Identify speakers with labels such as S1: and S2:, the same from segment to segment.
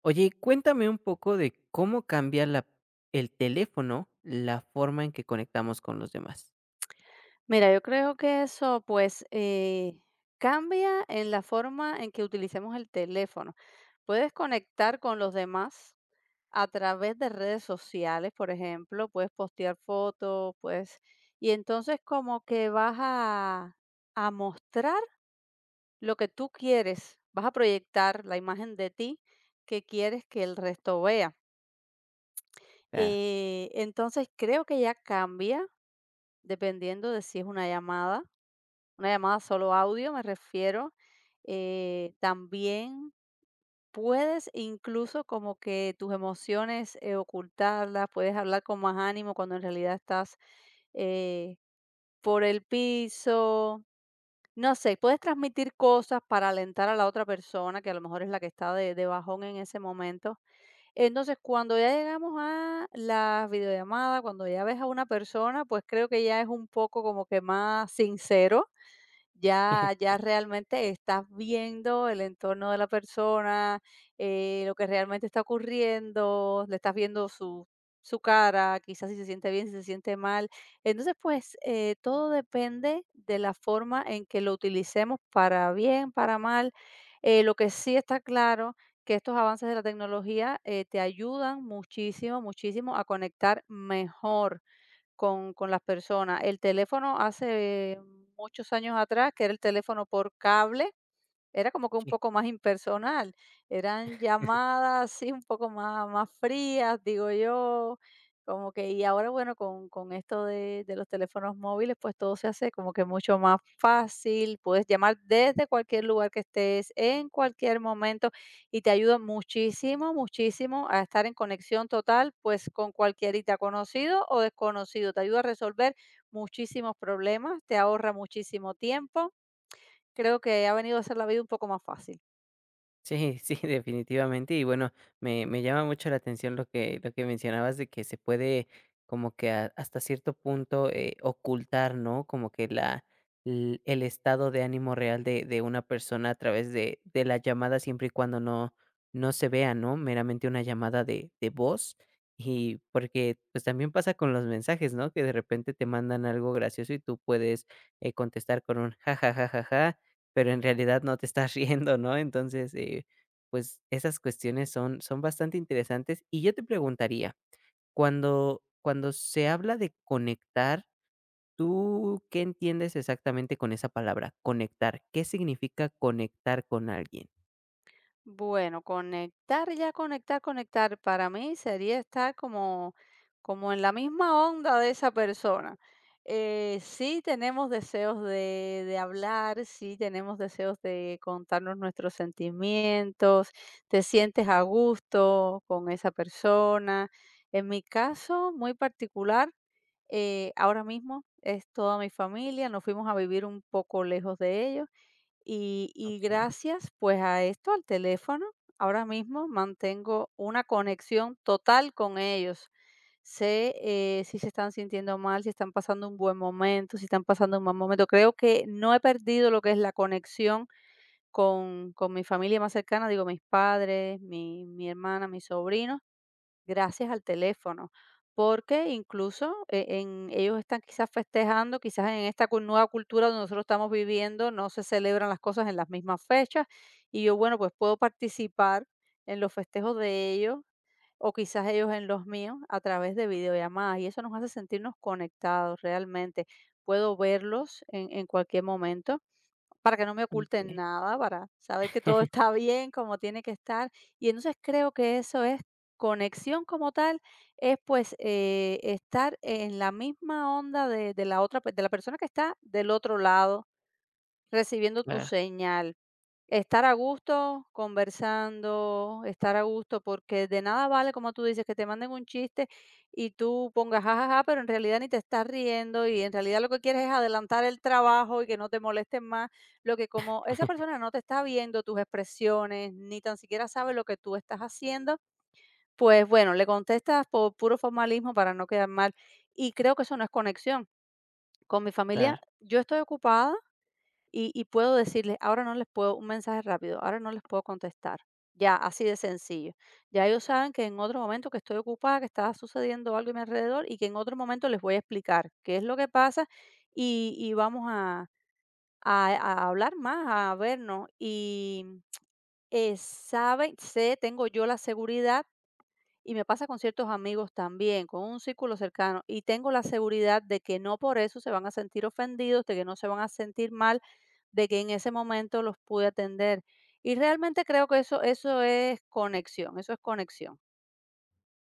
S1: Oye, cuéntame un poco de cómo cambia la el teléfono, la forma en que conectamos con los demás.
S2: Mira, yo creo que eso, pues, cambia en la forma en que utilicemos el teléfono. Puedes conectar con los demás a través de redes sociales, por ejemplo, puedes postear fotos, pues, y entonces como que vas a mostrar lo que tú quieres, vas a proyectar la imagen de ti que quieres que el resto vea.
S1: Claro.
S2: Entonces creo que ya cambia dependiendo de si es una llamada solo audio, me refiero. También puedes incluso como que tus emociones ocultarlas, puedes hablar con más ánimo cuando en realidad estás eh, por el piso. No sé, puedes transmitir cosas para alentar a la otra persona, que a lo mejor es la que está de bajón en ese momento. Entonces, cuando ya llegamos a la videollamada, cuando ya ves a una persona, pues creo que ya es un poco como que más sincero, ya realmente estás viendo el entorno de la persona, lo que realmente está ocurriendo, le estás viendo su cara, quizás si se siente bien, si se siente mal. Entonces, pues, todo depende de la forma en que lo utilicemos para bien, para mal. Lo que sí está claro, que estos avances de la tecnología, te ayudan muchísimo, muchísimo a conectar mejor con las personas. El teléfono hace muchos años atrás, que era el teléfono por cable, era como que un poco más impersonal, eran llamadas así un poco más frías, digo yo, como que. Y ahora, bueno, con esto de los teléfonos móviles, pues todo se hace como que mucho más fácil, puedes llamar desde cualquier lugar que estés, en cualquier momento, y te ayuda muchísimo, muchísimo a estar en conexión total, pues, con cualquierita, conocido o desconocido, te ayuda a resolver muchísimos problemas, te ahorra muchísimo tiempo. Creo que ha venido a hacer la vida un poco más fácil.
S1: Sí, sí, definitivamente. Y bueno, me llama mucho la atención lo que mencionabas de que se puede como que hasta cierto punto ocultar, ¿no? Como que el estado de ánimo real de una persona a través de la llamada siempre y cuando no, no se vea, ¿no? Meramente una llamada de voz. Y porque pues también pasa con los mensajes, ¿no? Que de repente te mandan algo gracioso y tú puedes contestar con un jajajajaja pero en realidad no te estás riendo, ¿no? Entonces, pues esas cuestiones son son bastante interesantes. Y yo te preguntaría, cuando se habla de conectar, ¿tú qué entiendes exactamente con esa palabra? Conectar. ¿Qué significa conectar con alguien?
S2: Bueno, conectar, ya conectar, conectar, para mí sería estar como en la misma onda de esa persona. Sí tenemos deseos de hablar, sí tenemos deseos de contarnos nuestros sentimientos, te sientes a gusto con esa persona. En mi caso muy particular, ahora mismo es toda mi familia, nos fuimos a vivir un poco lejos de ellos. Y
S1: Okey,
S2: gracias, pues, a esto, al teléfono, ahora mismo mantengo una conexión total con ellos. Sé, si se están sintiendo mal, si están pasando un buen momento, si están pasando un mal momento. Creo que no he perdido lo que es la conexión con mi familia más cercana, digo, mis padres, mi hermana, mis sobrinos, gracias al teléfono, porque incluso en ellos están quizás festejando, quizás en esta nueva cultura donde nosotros estamos viviendo, no se celebran las cosas en las mismas fechas y yo, bueno, pues puedo participar en los festejos de ellos, o quizás ellos en los míos, a través de videollamadas, y eso nos hace sentirnos conectados realmente. Puedo verlos en cualquier momento para que no me oculten
S1: okey.
S2: nada, para saber que todo está bien, como tiene que estar. Y entonces creo que eso es conexión como tal, es pues, estar en la misma onda de, la otra, de la persona que está del otro lado, recibiendo tu
S1: Claro,
S2: señal. Estar a gusto conversando, estar a gusto, porque de nada vale, como tú dices, que te manden un chiste y tú pongas jajaja, pero en realidad ni te estás riendo, y en realidad lo que quieres es adelantar el trabajo y que no te molesten más. Lo que, como esa persona no te está viendo tus expresiones, ni tan siquiera sabe lo que tú estás haciendo, pues bueno, le contestas por puro formalismo para no quedar mal. Y creo que eso no es conexión. Con mi familia,
S1: claro.
S2: yo estoy ocupada y puedo decirles: "Ahora no les puedo un mensaje rápido, ahora no les puedo contestar". Ya, así de sencillo. Ya ellos saben que en otro momento, que estoy ocupada, que está sucediendo algo a mi alrededor, y que en otro momento les voy a explicar qué es lo que pasa, y vamos a hablar más, a vernos. Y, saben sé, tengo yo la seguridad, y me pasa con ciertos amigos también, con un círculo cercano, y tengo la seguridad de que no por eso se van a sentir ofendidos, de que no se van a sentir mal, de que en ese momento los pude atender. Y realmente creo que eso es conexión, eso es conexión.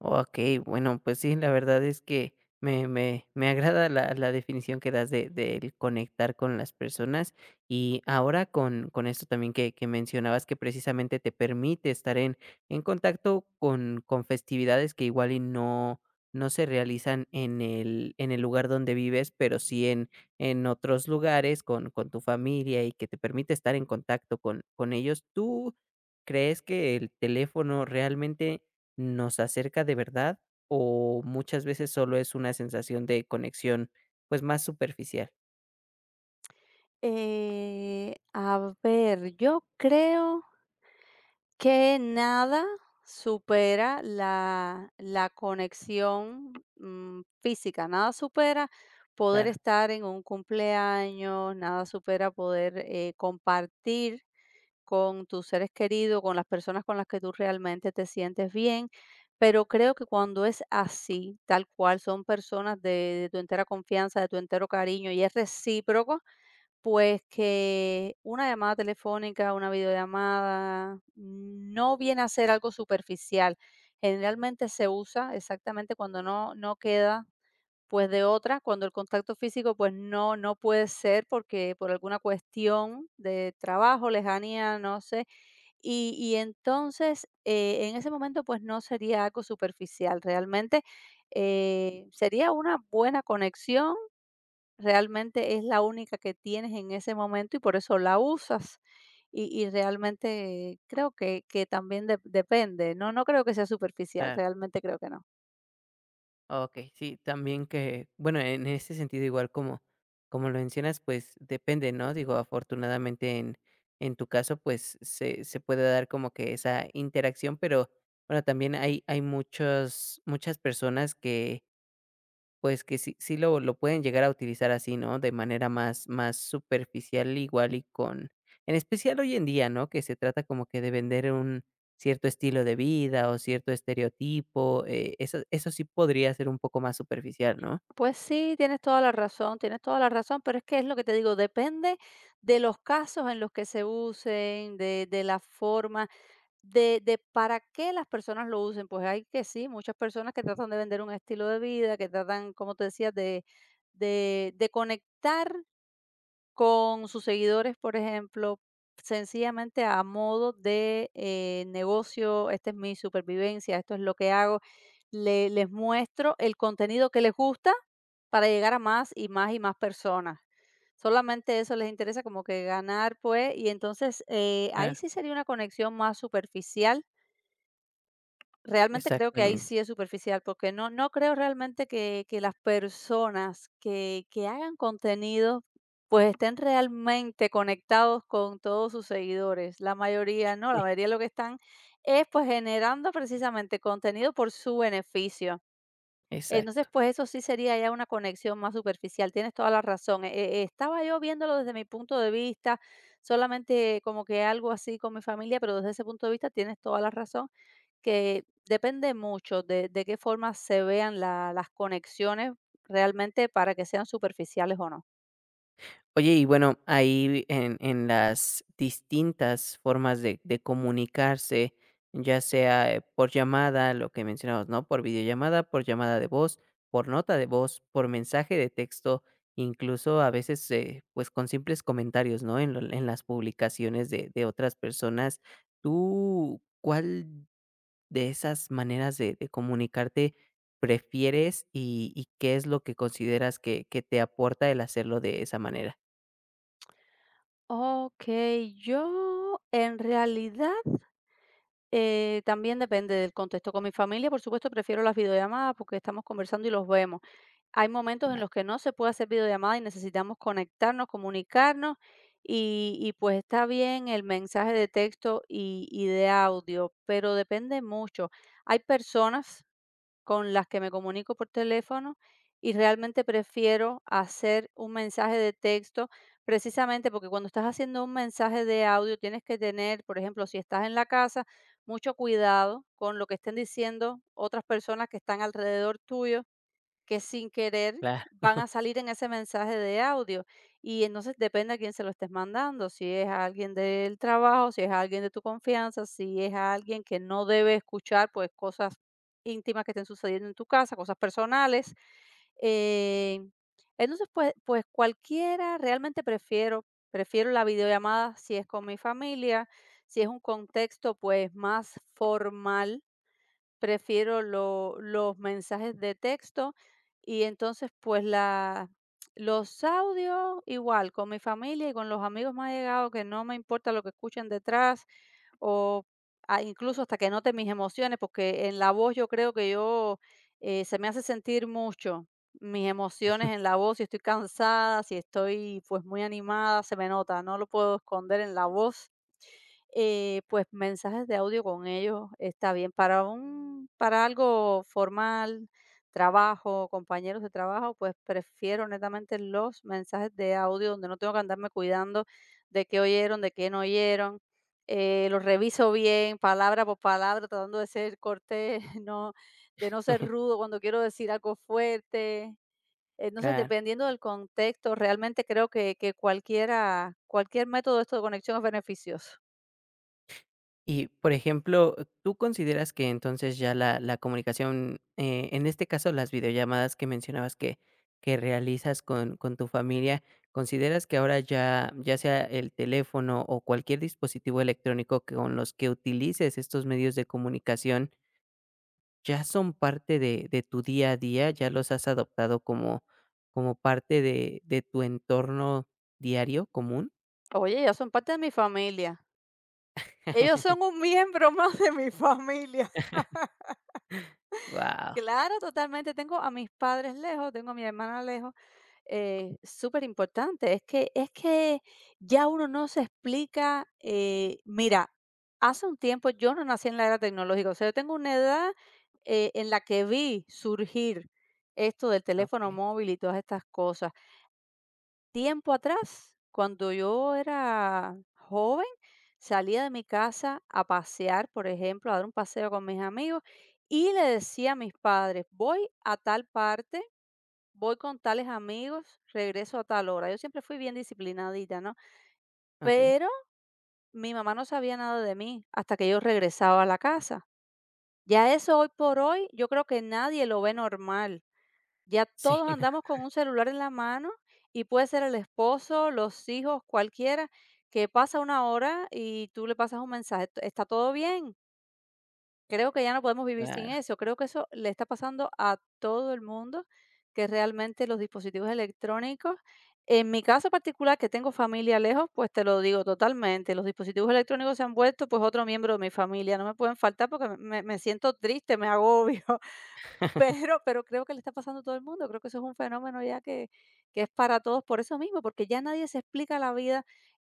S1: Okey, bueno, pues sí, la verdad es que me agrada la definición que das de del conectar con las personas. Y ahora con esto también que mencionabas, que precisamente te permite estar en contacto con festividades que igual y no no se realizan en el lugar donde vives, pero sí en otros lugares con tu familia, y que te permite estar en contacto con ellos. ¿Tú crees que el teléfono realmente nos acerca de verdad o muchas veces solo es una sensación de conexión, pues, más superficial?
S2: A ver, yo creo que nada supera la conexión, física, nada supera poder
S1: Claro,
S2: estar en un cumpleaños, nada supera poder, compartir con tus seres queridos, con las personas con las que tú realmente te sientes bien, pero creo que cuando es así, tal cual, son personas de tu entera confianza, de tu entero cariño, y es recíproco, pues que una llamada telefónica, una videollamada, no viene a ser algo superficial. Generalmente se usa exactamente cuando no, no queda pues de otra, cuando el contacto físico pues no, no puede ser, porque por alguna cuestión de trabajo, lejanía, no sé. Y entonces, en ese momento pues no sería algo superficial. Realmente, sería una buena conexión. Realmente es la única que tienes en ese momento y por eso la usas. Y realmente creo que también de depende, no no creo que sea superficial,
S1: claro.
S2: realmente creo que no.
S1: Okey, sí, también que, bueno, en ese sentido, igual como como lo mencionas, pues, depende, ¿no? Digo, afortunadamente, en tu caso, pues, se puede dar como que esa interacción, pero, bueno, también hay hay muchos muchas personas que pues que sí sí lo pueden llegar a utilizar así, ¿no? De manera más más superficial igual y con en especial hoy en día, ¿no? Que se trata como que de vender un cierto estilo de vida o cierto estereotipo, eso eso sí podría ser un poco más superficial, ¿no?
S2: Pues sí, tienes toda la razón, tienes toda la razón, pero es que es lo que te digo, depende de los casos en los que se usen, de la forma, de para qué las personas lo usen. Pues hay que sí, muchas personas que tratan de vender un estilo de vida, que tratan, como te decía, de conectar con sus seguidores, por ejemplo, sencillamente a modo de, negocio, esta es mi supervivencia, esto es lo que hago. Le les muestro el contenido que les gusta para llegar a más y más y más personas. Solamente eso les interesa, como que ganar, pues, y entonces,
S1: Claro,
S2: ahí sí sería una conexión más superficial. Realmente creo que ahí
S1: exactamente,
S2: sí es superficial, porque no, no creo realmente que, las personas que hagan contenido pues estén realmente conectados con todos sus seguidores. La mayoría no, la mayoría lo que están es pues generando precisamente contenido por su beneficio. Entonces,
S1: exacto.
S2: pues eso sí sería ya una conexión más superficial, tienes toda la razón. Estaba yo viéndolo desde mi punto de vista, solamente como que algo así con mi familia, pero desde ese punto de vista tienes toda la razón, que depende mucho de qué forma se vean las conexiones realmente para que sean superficiales o no.
S1: Oye, y bueno, ahí en las distintas formas de comunicarse, ya sea, por llamada, lo que mencionamos, ¿no? Por videollamada, por llamada de voz, por nota de voz, por mensaje de texto, incluso a veces, pues, con simples comentarios, ¿no? En lo en las publicaciones de otras personas. ¿Tú cuál de esas maneras de comunicarte prefieres y qué es lo que consideras que te aporta el hacerlo de esa manera?
S2: Ok, yo en realidad, también depende del contexto. Con mi familia, por supuesto, prefiero las videollamadas porque estamos conversando y los vemos. Hay momentos en los que no se puede hacer videollamada y necesitamos conectarnos, comunicarnos, y pues está bien el mensaje de texto, y de audio, pero depende mucho. Hay personas con las que me comunico por teléfono, y realmente prefiero hacer un mensaje de texto, precisamente porque cuando estás haciendo un mensaje de audio tienes que tener, por ejemplo, si estás en la casa, mucho cuidado con lo que estén diciendo otras personas que están alrededor tuyo, que sin querer
S1: Claro,
S2: van a salir en ese mensaje de audio. Y entonces depende a quién se lo estés mandando, si es a alguien del trabajo, si es a alguien de tu confianza, si es a alguien que no debe escuchar pues cosas íntimas que estén sucediendo en tu casa, cosas personales. Eh, entonces, pues, cualquiera, realmente prefiero la videollamada si es con mi familia, si es un contexto pues más formal. Prefiero lo los mensajes de texto, y entonces, pues, la los audios igual, con mi familia y con los amigos más llegados, que no me importa lo que escuchen detrás, o, incluso hasta que note mis emociones, porque en la voz yo creo que yo, se me hace sentir mucho mis emociones en la voz, si estoy cansada, si estoy, pues, muy animada, se me nota, no lo puedo esconder en la voz. Pues, mensajes de audio con ellos está bien. Para algo formal, trabajo, compañeros de trabajo, pues, prefiero honestamente los mensajes de audio donde no tengo que andarme cuidando de qué oyeron, de qué no oyeron. Los reviso bien, palabra por palabra, tratando de ser cortés, de no ser rudo cuando quiero decir algo fuerte. Entonces,
S1: claro.
S2: dependiendo del contexto, realmente creo que cualquier método de esto de conexión es beneficioso.
S1: Y, por ejemplo, ¿tú consideras que entonces ya la comunicación, en este caso, las videollamadas que mencionabas que realizas con tu familia, consideras que ahora ya ya sea el teléfono o cualquier dispositivo electrónico que con los que utilices estos medios de comunicación, ya son parte de tu día a día? ¿Ya los has adoptado como como parte de tu entorno diario común?
S2: Oye, ellos son parte de mi familia. Ellos son un miembro más de mi familia.
S1: Wow.
S2: Claro, totalmente. Tengo a mis padres lejos, tengo a mi hermana lejos. Súper importante. Es que, ya uno no se explica. Mira, hace un tiempo, yo no nací en la era tecnológica. O sea, yo tengo una edad, en la que vi surgir esto del teléfono
S1: Okey,
S2: móvil y todas estas cosas. Tiempo atrás, cuando yo era joven, salía de mi casa a pasear, por ejemplo, a dar un paseo con mis amigos, y le decía a mis padres: voy a tal parte, voy con tales amigos, regreso a tal hora. Yo siempre fui bien disciplinadita, ¿no?
S1: okey.
S2: Pero mi mamá no sabía nada de mí hasta que yo regresaba a la casa. Ya eso, hoy por hoy, yo creo que nadie lo ve normal. Ya
S1: Sí.
S2: todos andamos con un celular en la mano, y puede ser el esposo, los hijos, cualquiera, que pasa una hora y tú le pasas un mensaje: ¿Está todo bien?". Creo que ya no podemos vivir sin
S1: Claro,
S2: eso. Creo que eso le está pasando a todo el mundo, que realmente los dispositivos electrónicos, en mi caso particular, que tengo familia lejos, pues te lo digo totalmente, los dispositivos electrónicos se han vuelto pues otro miembro de mi familia, no me pueden faltar porque me siento triste, me agobio. Pero creo que le está pasando a todo el mundo, creo que eso es un fenómeno ya que es para todos por eso mismo, porque ya nadie se explica la vida,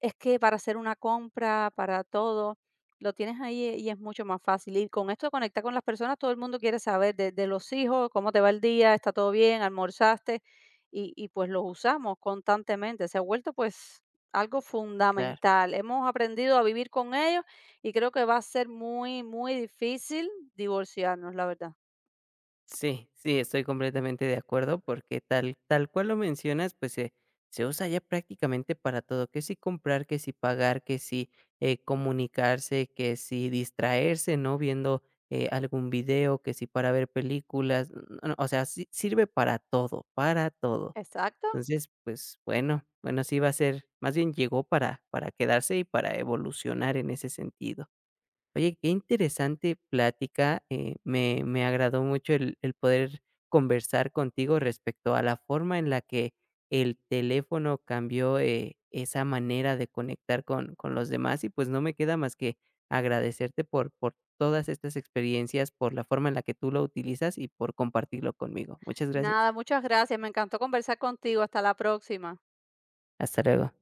S2: es que para hacer una compra, para todo, lo tienes ahí y es mucho más fácil. Y con esto de conectar con las personas, todo el mundo quiere saber de los hijos, cómo te va el día, está todo bien, almorzaste, y pues los usamos constantemente, se ha vuelto pues algo
S1: claro.
S2: fundamental. Hemos aprendido a vivir con ellos, y creo que va a ser muy, muy difícil divorciarnos, la verdad.
S1: Sí, sí, estoy completamente de acuerdo porque tal tal cual lo mencionas, pues, se se usa ya prácticamente para todo, que si comprar, que si pagar, que si, comunicarse, que si distraerse, ¿no?, viendo, algún video, que si para ver películas, n o sea, si sirve para todo, para todo.
S2: Exacto.
S1: Entonces, pues, bueno, bueno, sí va a ser más bien llegó para quedarse y para evolucionar en ese sentido. Oye, qué interesante plática. Me agradó mucho el poder conversar contigo respecto a la forma en la que el teléfono cambió esa manera de conectar con los demás. Y pues no me queda más que agradecerte por todas estas experiencias, por la forma en la que tú lo utilizas y por compartirlo conmigo. Muchas gracias.
S2: Nada, muchas gracias. Me encantó conversar contigo. Hasta la próxima.
S1: Hasta luego.